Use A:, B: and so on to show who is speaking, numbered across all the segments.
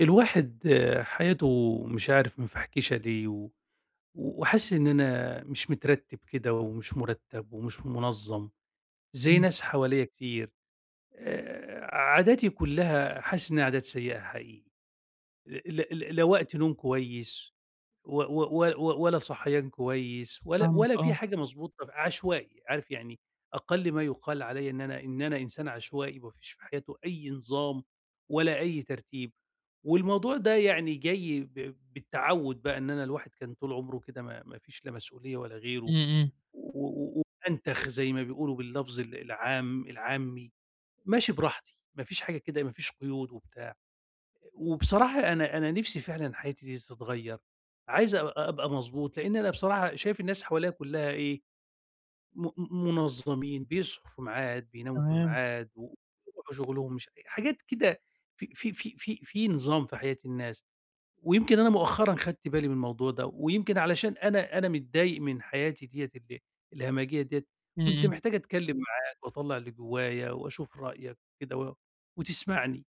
A: الواحد حياته مش عارف مفحكشة ليه وحاسس إن أنا مش مترتب كده ومش مرتب ومش منظم زي
B: إمم،
A: ناس حواليا كتير. عاداتي كلها حاسس إنها عادات سيئة حقيقي. لا وقت نوم كويس و و و ولا صحيان كويس ولا
B: فاهمك
A: ولا في
B: آه،
A: حاجة مضبوطة، عشوائي، عارف يعني. أقل ما يُقال عليَّ إن أنا إنسان عشوائي ما فيش في حياته أي نظام ولا أي ترتيب، والموضوع ده يعني جاي بالتعوُّد بقى إن أنا الواحد كان طول عمره كده ما فيش لا مسؤولية ولا
B: إمم،
A: غيره،
B: إمم،
A: و و وأنتخ زي ما بيقولوا باللفظ العام العامي، ماشي براحتي، ما فيش حاجة كده ما فيش قيود وبتاع. وبصراحة أنا نِفْسي فعلًا حياتي دي تتغيّر، عايز أبقى مضبوط، لإن أنا بصراحة شايف الناس حواليّا كُلّها إيه، م منظّمين، بيصحوا في ميعاد، بيناموا في
B: تمام،
A: ميعاد، وبيروحوا شغلهم مش حاجات كده. في نظام في حياة الناس، ويمكن أنا مؤخرًا خدت بالي من الموضوع ده، ويمكن علشان أنا متضايق من حياتي ديّة الهمجية ديّة.
B: إمم،
A: كنت
B: إمم.
A: محتاج أتكلّم معاك وأطلّع اللي جوّايا وأشوف رأيك كده وتسمعني.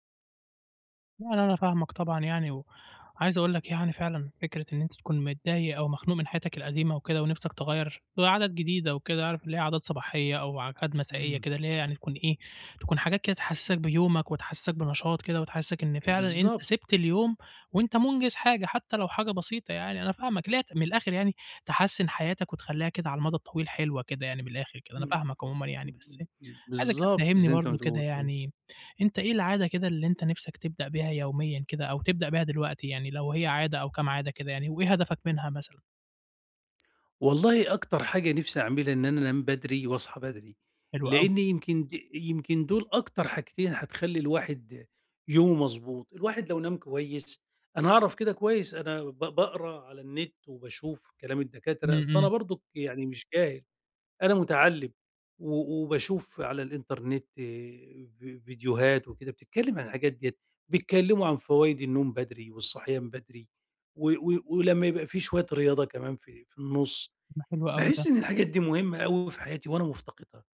B: لأ، لأ، أنا فاهمك طبعًا يعني، وعايز أقول لك يعني فعلًا فكرة إن أنت تكون متضايق أو مخنوق من حياتك القديمة وكده ونِفْسك تغيّر لعادات جديدة وكده، عارف اللي هي عادات صباحية أو عادات مسائية
A: إمم.
B: كده، اللي هي يعني تكون إيه، تكون حاجات كده تحسّسك بيومك وتحسّسك بنشاط كده وتحسّسك إن فعلًا أنت
A: بالضبط.
B: سِبت اليوم وأنت منجز حاجة، حتى لو حاجة بسيطة يعني، أنا فاهمك، اللي هي من الآخر يعني تحسّن حياتك وتخلّيها كده على المدى الطويل حلوة كده يعني من الآخر كده، أنا
A: إمم،
B: فاهمك عمومًا يعني،
A: إمم،
B: بس
A: إمم، إمم،
B: عايزك كده
A: بالضبط
B: تفهّمني
A: زي أنت
B: برضه
A: ما
B: كده
A: تقول كده.
B: يعني أنت إيه العادة كده اللي أنت نِفْسك تبدأ بيها يوميًا كده أو تبدأ بيها دلوقتي يعني لو هي عادة أو كام عادة كده يعني وإيه هدفك منها مثلًا؟
A: والله أكتر حاجة نِفْسي أعملها إن أنا أنام بدري واصحى بدري،
B: حلو أوي.
A: لإن يمكن يمكن دول أكتر حاجتين هتخلّي الواحد يومه مضبوط، الواحد لو نام كويس أنا هاعرف كده كويس. أنا باقرا على النت وباشوف كلام
B: إمم،
A: الدكاترة، أصل أنا
B: إمم،
A: برضُك يعني مش جاهل. أنا متعلّم و وباشوف على الإنترنت فيديوهات وكده بتتكلّم عن الحاجات ديّة، بيتكلّموا عن فوايد النوم بدري والصحيان بدري و و ولمّا يبقى في شوية رياضة كمان في النُص.
B: ده حلو أوي ده.
A: باحس إن الحاجات دي مهمة أوي في حياتي وأنا مفتقدها،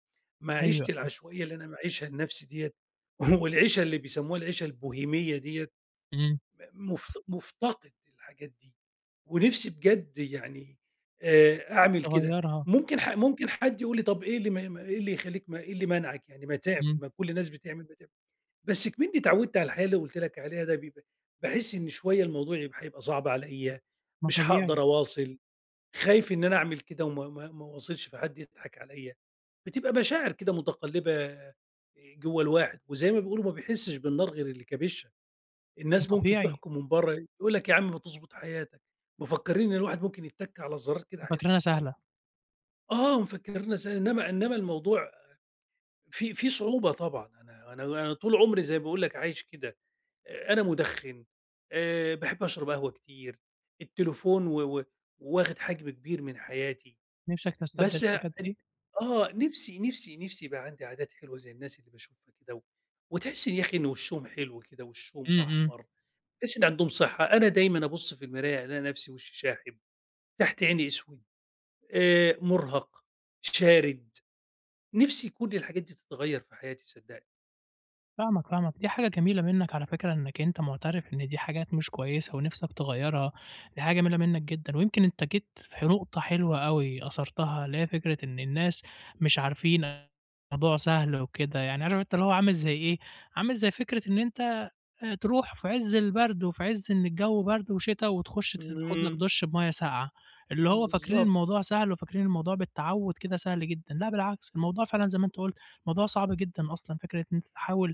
B: أيوه،
A: معيشتي العشوائية اللي أنا معيشها لنَفْسي ديّة والعيشة اللي بيسموها العيشة البوهيمية ديّة
B: إمم،
A: م مف مفتقد الحاجات دي. ونفسي بجد يعني أعمل كده.
B: تغيّرها.
A: ممكن ممكن حد يقول لي طَب إيه اللي مانعك يعني ما تعمل،
B: إمم،
A: ما كل الناس بتعمل، ما تعمل. بس إكمنّي اتعوّدت على الحياة اللي قُلت لك عليها ده بيبقى باحس إن شوية الموضوع يبقى هيبقى صعب عليّا،
B: ما
A: مش
B: طبيعي،
A: هاقدر أواصل، خايف إن أنا أعمل كده وما ما ما أواصلش فحد يضحك عليّا. بتبقى مشاعر كده متقلّبة آه، جوّه الواحد، وزي ما بيقولوا ما بيحسّش بالنار غير اللي كابشها.
B: ما
A: الناس ممكن
B: طبيعي،
A: تحكم من بره، يقول لك: "يا عم ما تضبط حياتك." مفكّرين إن الواحد ممكن يتَّك على الزرار كده حياته
B: فاكرينها
A: تتغيّر.
B: سهلة،
A: آه، مفكّرينّا سهل، إنّما الموضوع فيه صعوبة طبعًا. أنا طول عمري زي ما باقول لك عايش كده، أنا مُدخِّن، باحب أشرب قهوة كتير، التليفون و و واخد حجم كبير من حياتي.
B: نِفْسك تستبدل
A: بس أن
B: الحاجات دي؟
A: آه، نِفْسي يبقى عندي عادات حلوة زي الناس اللي باشوفها كده وتحس إن يا أخي إن وشّهم حلو كده، وشّهم
B: إمم، إمم،
A: أحمر. الناس اللي عندهم صحة، أنا دايمًا أبُص في المراية ألاقي نفسي وشّي شاحب، تحت عيني أسود، مُرهَق، شارد، نفسي كل الحاجات دي تتغيّر في حياتي صدّقني.
B: فاهمك، فاهمك. دي حاجة جميلة منّك على فكرة إنّك أنت مُعترف إن دي حاجات مش كويسة ونِفْسك تغيّرها، دي حاجة جميلة منّك جدًا ويمكن أنت جيت في نقطة حلوة أوي أثرتها اللي هي فكرة إن الناس مش عارفين الموضوع سهل وكده، يعني عارف أنت اللي هو عامل زي إيه، عامل زي فكرة إن أنت تروح في عِز البرد وفي عِز إن الجو برد وشتا وتخش تاخد لك
A: إمم.
B: دُش بمَيّة ساقعة، اللي هو فاكرين
A: بالضبط.
B: الموضوع سهل وفاكرين الموضوع بالتعوّد كده سهل جدًا، لأ بالعكس، الموضوع فعلًا زي ما أنت قُلت، الموضوع صعب جدًا أصلًا فكرة إن أنت تحاول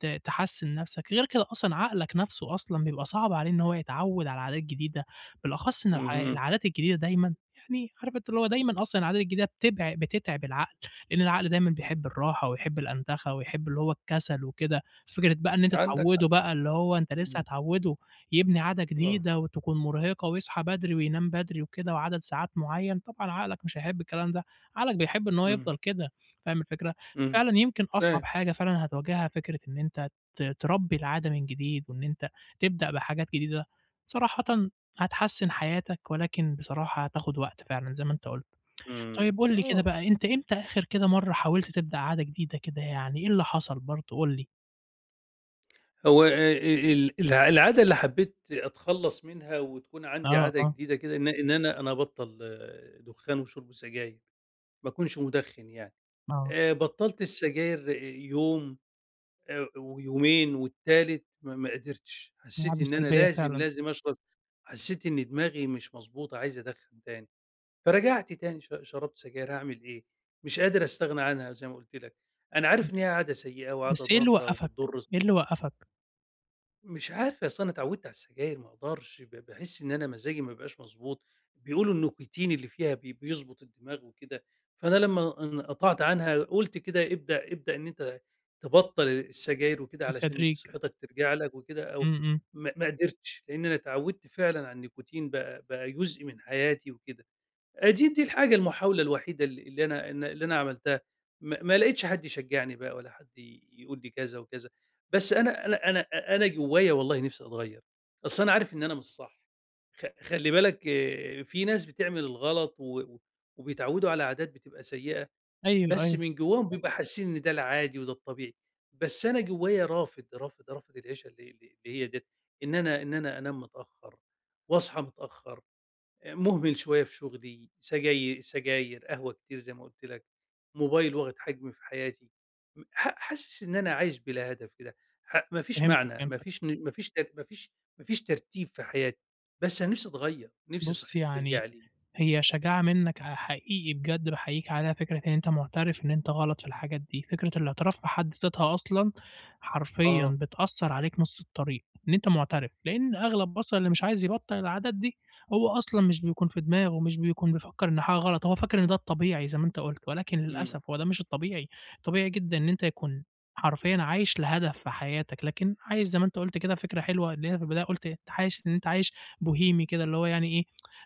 B: تحسّن نَفْسك، غير كده أصلًا عقلك نَفْسه أصلًا بيبقى صعب عليه إن هو يتعوّد على عادات جديدة، بالأخص إن الع
A: اهم.
B: العادات الجديدة دايمًا يعني عارف أنت اللي هو دايمًا أصلًا العادات الجديدة بتتعب العقل، لإن العقل دايمًا
A: إمم.
B: بيحب الراحة ويحب الأنتخة ويحب اللي هو الكسل وكده، فكرة بقى إن أنت
A: عندك حق.
B: تعوّده بقى اللي هو أنت لسه
A: إمم.
B: هتعوّده يبني عادة
A: آه.
B: جديدة وتكون مرهقة ويصحى بدري وينام بدري وكده وعدد ساعات معيّن، طبعًا عقلك مش هيحب الكلام ده، عقلك بيحب إن هو
A: إمم.
B: يفضل كده، فاهم الفكرة؟
A: إمم.
B: فعلًا يمكن أصعب
A: فاهم.
B: حاجة فعلًا هتواجهها فكرة إن أنت تربّي العادة من جديد وإن أنت تبدأ بحاجات جديدة، صراحةً هتحسّن حياتك ولكن بصراحة هتاخد وقت فعلًا زي ما أنت قُلت.
A: إمم.
B: طيب قُل لي كده
A: آه.
B: بقى أنت إمتى آخر كده مرّة حاولت تبدأ عادة جديدة كده يعني إيه اللي حصل برضه قُل لي؟
A: هو ال الع العادة اللي حبّيت أتخلّص منها وتكون عندي
B: آه،
A: عادة
B: آه،
A: جديدة كده إن أنا أبطّل آه، دُخان وشُرب سجاير، ما أكونش مُدخِّن يعني.
B: آه،
A: بطّلت السجاير آه، يوم ويومين والتالت ما قدرتش، حسّيت
B: عادة
A: إن أنا
B: سلبية
A: لازم،
B: فعلًا،
A: لازم أشرب، حسّيت إن دماغي مش مضبوطة عايز أدخّن تاني، فرجعت تاني شربت سجاير هاعمل إيه؟ مش قادر أستغنى عنها زي ما قُلت لك، أنا عارف
B: إمم.
A: إن هي عادة سيئة وعادة
B: بس إيه اللي
A: ضارة
B: وقّفك،
A: وبتضُر.
B: إيه اللي وقّفك
A: مش عارف أصل أنا اتعودت على السجاير ما أقدرش، باحس إن أنا مزاجي ما بيبقاش مضبوط، بيقولوا النيكوتين اللي فيها بيضبط الدماغ وكده، فأنا لمّا انقطعت عنها قُلت كده ابدأ إن أنت تبطّل السجاير وكده علشان
B: بالتدريج؟
A: صحتك ترجع لك وكده أو
B: إمم، إمم.
A: ما قدرتش، لإن أنا اتعودت فعلًا على النيكوتين بقى جزء من حياتي وكده. دي الحاجة المحاولة الوحيدة ال اللي أنا إن اللي أنا عملتها، ما لقيتش حد يشجّعني بقى ولا حد يقول لي كذا وكذا، بس أنا جوايا والله نِفْسي أتغيّر، أصل أنا عارف إن أنا مش صح. خلّي بالك آه، في ناس بتعمل الغلط و و وبيتعوّدوا على عادات بتبقى سيئة،
B: أيوه،
A: بس
B: أيوه،
A: من جواهم بيبقى حاسين إن ده العادي وده الطبيعي، بس أنا جوايا رافض، رافض، رافض العيشة اللي هي ديّة، إن أنا أنام متأخّر وأصحى متأخّر. مهمل شوية في شغلي، سجاير، قهوة كتير زي ما قُلت لك، موبايل واخد حجم في حياتي. م ح حاسس إن أنا عايش بلا هدف كده، ما فيش
B: فهمتك،
A: معنى،
B: فهمتك.
A: ما فيش ما فيش ترتيب في حياتي، بس أنا نفسي أتغيّر، نفسي
B: بُص
A: صحتي
B: يعني
A: ترجع لي.
B: هي شجاعة منّك حقيقي بجد باحييك عليها فكرة إن أنت معترف إن أنت غلط في الحاجات دي، فكرة الاعتراف في حد ذاتها أصلًا حرفيًا
A: آه.
B: بتأثّر عليك نُص الطريق، إن أنت معترف، لإن أغلب أصلًا اللي مش عايز يبطّل العادات دي هو أصلًا مش بيكون في دماغه، مش بيكون بيفكّر إن حاجة غلط، هو فاكر إن ده الطبيعي زي ما أنت قُلت، ولكن
A: إمم.
B: للأسف هو ده مش الطبيعي، طبيعي جدًا إن أنت يكون حرفيًا عايش لهدف في حياتك، لكن عايش زي ما أنت قُلت كده فكرة حلوة اللي هي في البداية قُلت أنت عايش إن أنت عايش بوهيمي كده اللي هو يعني إيه،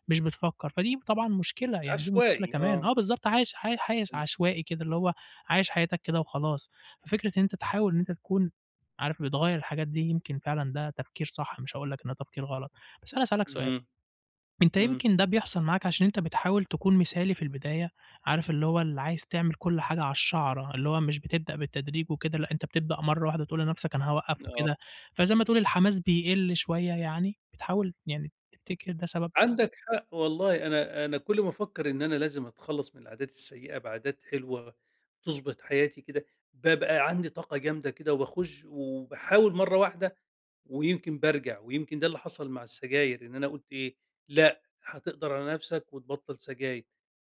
B: مش بتفكّر، فدي طبعًا مشكلة، يعني دي مشكلة
A: عشوائي
B: كمان.
A: آه.
B: آه بالضبط، عايش عايش
A: إمم.
B: عشوائي كده، اللي هو عايش حياتك كده وخلاص. ففكرة إن أنت تحاول إن أنت تكون عارف بتغيّر الحاجات دي، يمكن فعلًا ده تفكير صح، مش هاقول لك إن ده تفكير غلط. بس أنا هاسألك سؤال،
A: اهم.
B: أنت
A: إمم.
B: يمكن ده بيحصل معاك عشان أنت بتحاول تكون مثالي في البداية، عارف اللي هو اللي عايز تعمل كل حاجة على الشَعرة، اللي هو مش بتبدأ بالتدريج وكده، لأ أنت بتبدأ مرّة واحدة تقول لنَفْسك أنا هاوقّف
A: آه.
B: وكده، فزي ما تقول الحماس بيقِل شوية يعني، بتحاول يعني تفتكر ده سبب؟
A: عندك حق والله أنا كل ما أفكّر إن أنا لازم أتخلّص من العادات السيئة بعادات حلوة تضبط حياتي كده، بابقى عندي طاقة جامدة كده وباخُش وباحاول مرّة واحدة ويمكن بارجع، ويمكن ده اللي حصل مع السجاير، إن أنا قُلت إيه، لأ، هتقدر على نَفْسك وتبطّل سجاير،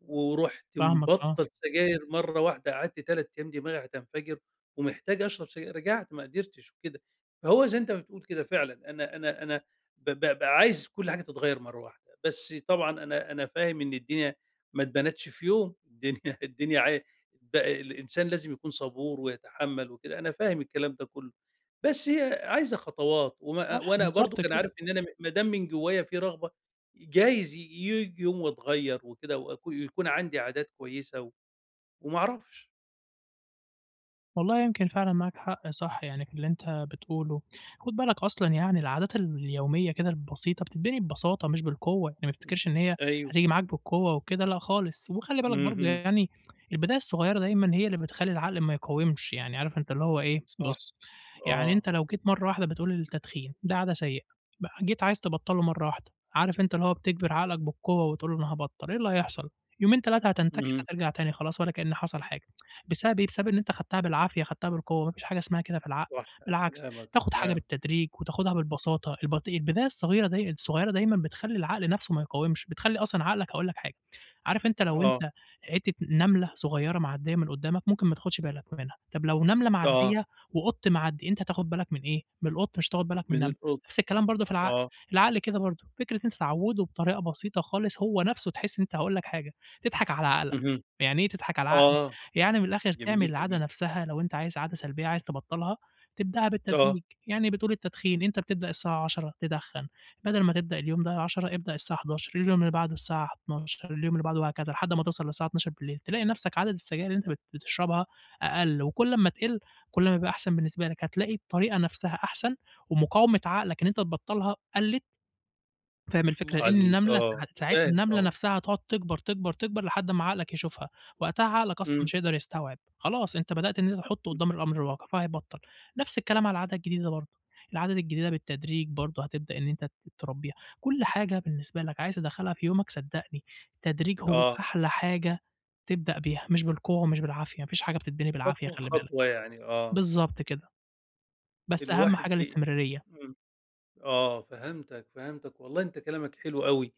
A: ورُحت
B: فاهمك آه.
A: مبطّل سجاير مرّة واحدة قعدت 3 أيام دماغي هتنفجر ومحتاج أشرب سجاير، رجعت ما قدرتش وكده. فهو زي أنت ما بتقول كده فعلًا، أنا أنا أنا ب ب بقى عايز كل حاجة تتغيّر مرّة واحدة، بس طبعًا أنا فاهم إن الدنيا ما اتبنتش في يوم، الدنيا الدنيا عا ب الإنسان لازم يكون صبور ويتحمّل وكده، أنا فاهم الكلام ده كُلّه، بس هي عايزة خطوات
B: صح،
A: وأنا برضه
B: بالضبط
A: كان
B: كده.
A: عارف إن أنا ما دام من جوّايا في رغبة جايز ييجي يوم واتغيّر وكده يكون عندي عادات كويسة وما أعرفش.
B: والله يمكن فعلًا معاك حق صح، يعني في اللي أنت بتقوله. خُد بالك أصلًا يعني العادات اليومية كده البسيطة بتتبني ببساطة مش بالقوة، يعني ما
A: إمم.
B: تفتكرش إن هي
A: أيوه.
B: هتيجي معاك بالقوة وكده لأ خالص. وخلّي بالك برضه
A: اهم.
B: يعني البداية الصغيرة دايمًا هي اللي بتخلّي العقل ما يقاومش، يعني عارف أنت اللي هو إيه،
A: صح.
B: بُص، يعني
A: آه.
B: أنت لو جيت مرّة واحدة بتقول التدخين ده عادة سيئة، بقى جيت عايز تبطّله مرّة واحدة، عارف أنت اللي هو بتجبر عقلك بالقوة وتقول له أنا هابطّل، إيه اللي هيحصل؟ يومين 3 هتنتكس
A: اهم.
B: هترجع تاني خلاص ولا كأن حصل حاجة. بسبب إيه، بسبب إن أنت خدتها بالعافية، خدتها بالقوة، ما فيش حاجة اسمها كده في العقل،
A: صح
B: بالعكس
A: كلامك،
B: تاخد حاجة
A: تمام.
B: بالتدريج وتاخدها بالبساطة، البداية الصغيرة الصغيرة دايمًا بتخلّي العقل نفسه ما يقاومش، بتخلّي أصلًا عقلك هاقول لك حاجة، عارف أنت لو
A: آه،
B: أنت حتة نملة صغيرة معدية من قدامك ممكن ما تاخدش بالك منها، طب لو نملة
A: آه.
B: معدية وقط معدي أنت هتاخد بالك من إيه؟ من القط مش هتاخد بالك من
A: من
B: النملة،
A: الأ
B: نفس الكلام برضه في العقل،
A: آه.
B: العقل كده برضه، فكرة إن أنت تعوّده بطريقة بسيطة خالص هو نفسه تحس إن أنت هاقول لك حاجة، تضحك على عقلك،
A: اهم.
B: يعني إيه تضحك على عقلك؟
A: آه.
B: يعني من الآخر تعمل
A: جميلة
B: العادة
A: دي.
B: نفسها لو أنت عايز عادة سلبية عايز تبطّلها، تبدأها
A: آه.
B: بالتدريج، يعني بتقول التدخين أنت بتبدأ الساعة 10:00 تدخّن، بدل ما تبدأ اليوم ده 10:00 ابدأ الساعة 11:00 اليوم اللي بعده الساعة 12:00 اليوم اللي بعده وهكذا لحد ما توصل للساعة 00:00 تلاقي نفْسك عدد السجاير اللي أنت بتشربها أقل، وكل أمّا تقِل كل ما يبقى أحسن بالنسبة لك، هتلاقي الطريقة نفْسها أحسن ومقاومة عقلك إن أنت تبطّلها قلِّت. فاهم الفكرة؟
A: الله
B: لإن
A: عليك.
B: النملة
A: آه.
B: ساعتها
A: فاهم
B: النملة
A: طبعًا.
B: نفسها هتقعد تكبر، تكبر، تكبر لحد ما عقلك يشوفها، وقتها عقلك أصلًا
A: إمم.
B: مش هيقدر يستوعب، خلاص أنت بدأت إن أنت تحطه
A: إمم.
B: قدام الأمر الواقع فهيبطّل، نفس الكلام على العادة الجديدة برضه، العادة الجديدة بالتدريج برضه هتبدأ إن أنت تربيها، كل حاجة بالنسبة لك عايز تدخّلها في يومك صدّقني التدريج هو
A: آه.
B: أحلى حاجة تبدأ بيها، مش بالقوة ومش بالعافية، ما فيش حاجة بتتبني بالعافية
A: خطوة،
B: خلّي بالك،
A: خطوة يعني. آه.
B: بالضبط كده، بس أهم
A: الواحد
B: حاجة
A: ي
B: الاستمرارية،
A: إمم. آه، فهمتك، فهمتك، والله أنت كلامك حلو أوي،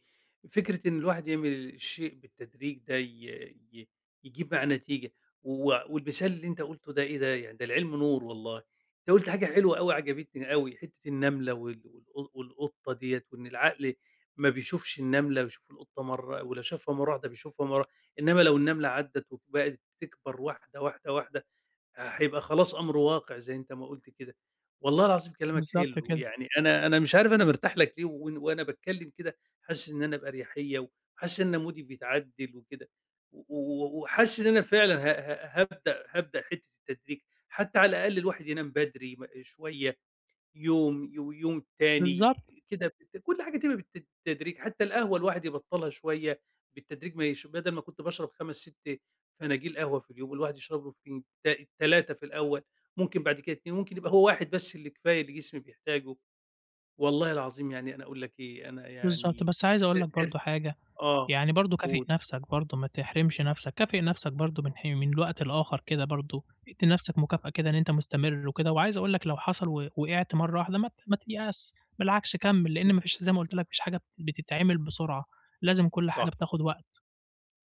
A: فكرة إن الواحد يعمل الشيء بالتدريج ده ي ي يجيب معاه نتيجة، والمثال اللي أنت قُلته ده إيه ده، يعني ده العلم نور والله. أنت قُلت حاجة حلوة أوي عجبتني أوي، حتة النملة والقطة ديّة، وإن العقل ما بيشوفش النملة ويشوف القطة مرّة ولو شافها مرّة واحدة بيشوفها مرّة، إنما لو النملة عدّت وبقت تكبر واحدة، واحدة، واحدة هيبقى خلاص أمر واقع زي أنت ما قُلت كده. والله العظيم كلامك
B: بالضبط
A: حلو،
B: كده،
A: يعني أنا مش عارف أنا مرتاح لك ليه وأنا باتكلّم كده حاسس إن أنا بأريحية وحاسس إن مودي بيتعدِّل وكده و و وحاسس إن أنا فعلًا ه ه هابدأ هابدأ حتّة التدريج، حتى على الأقل الواحد ينام بدري شوية يوم ويوم تاني
B: بالضبط،
A: كده كل حاجة تبقى بالتدريج، حتى القهوة الواحد يبطّلها شوية بالتدريج ما يش بدل ما كنت باشرب 5، 6 فناجيل قهوة في اليوم، الواحد يشرب له فين 3 في الأول، ممكن بعد كده 2 ممكن يبقى هو واحد بس اللي كفاية اللي جسمي بيحتاجه. والله العظيم يعني أنا أقول لك إيه، أنا
B: بالضبط،
A: يعني
B: بس عايز
A: أ
B: أقول لك
A: أر
B: برضه حاجة
A: آه،
B: يعني برضه كافئ
A: قُل.
B: نَفْسك برضه، ما تحرمش نَفْسك، كافئ نَفْسك برضه من وقت لآخر كده برضه، ادّي لنَفْسك مكافأة كده إن أنت مستمر وكده، وعايز أقول لك لو حصل وقعت مرّة واحدة ما تيأس، بالعكس كمّل، لإن ما فيش زي ما قُلت لك ما فيش حاجة بتتعمل بسرعة، لازم كل
A: صح.
B: حاجة بتاخد وقت.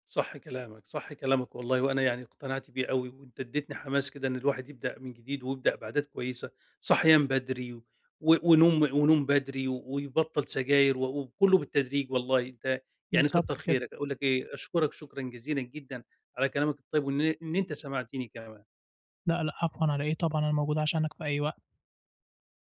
A: صح كلامك، صح كلامك والله، وأنا يعني اقتنعت بيه أوي، وأنت اديتني حماس كده إن الواحد يبدأ من جديد ويبدأ بعادات كويسة، صحيان بدري ونوم بدري ويبطّل سجاير وكلّه بالتدريج والله، أنت يعني
B: بالضبط
A: كتّر
B: كده.
A: خيرك، أقول لك إيه، أشكرك شكرًا جزيلًا جدًا على كلامك الطيب وإن أنت سمعتني كمان.
B: لأ، لأ، عفوًا على إيه طبعًا، أنا موجود عشانك في أي وقت.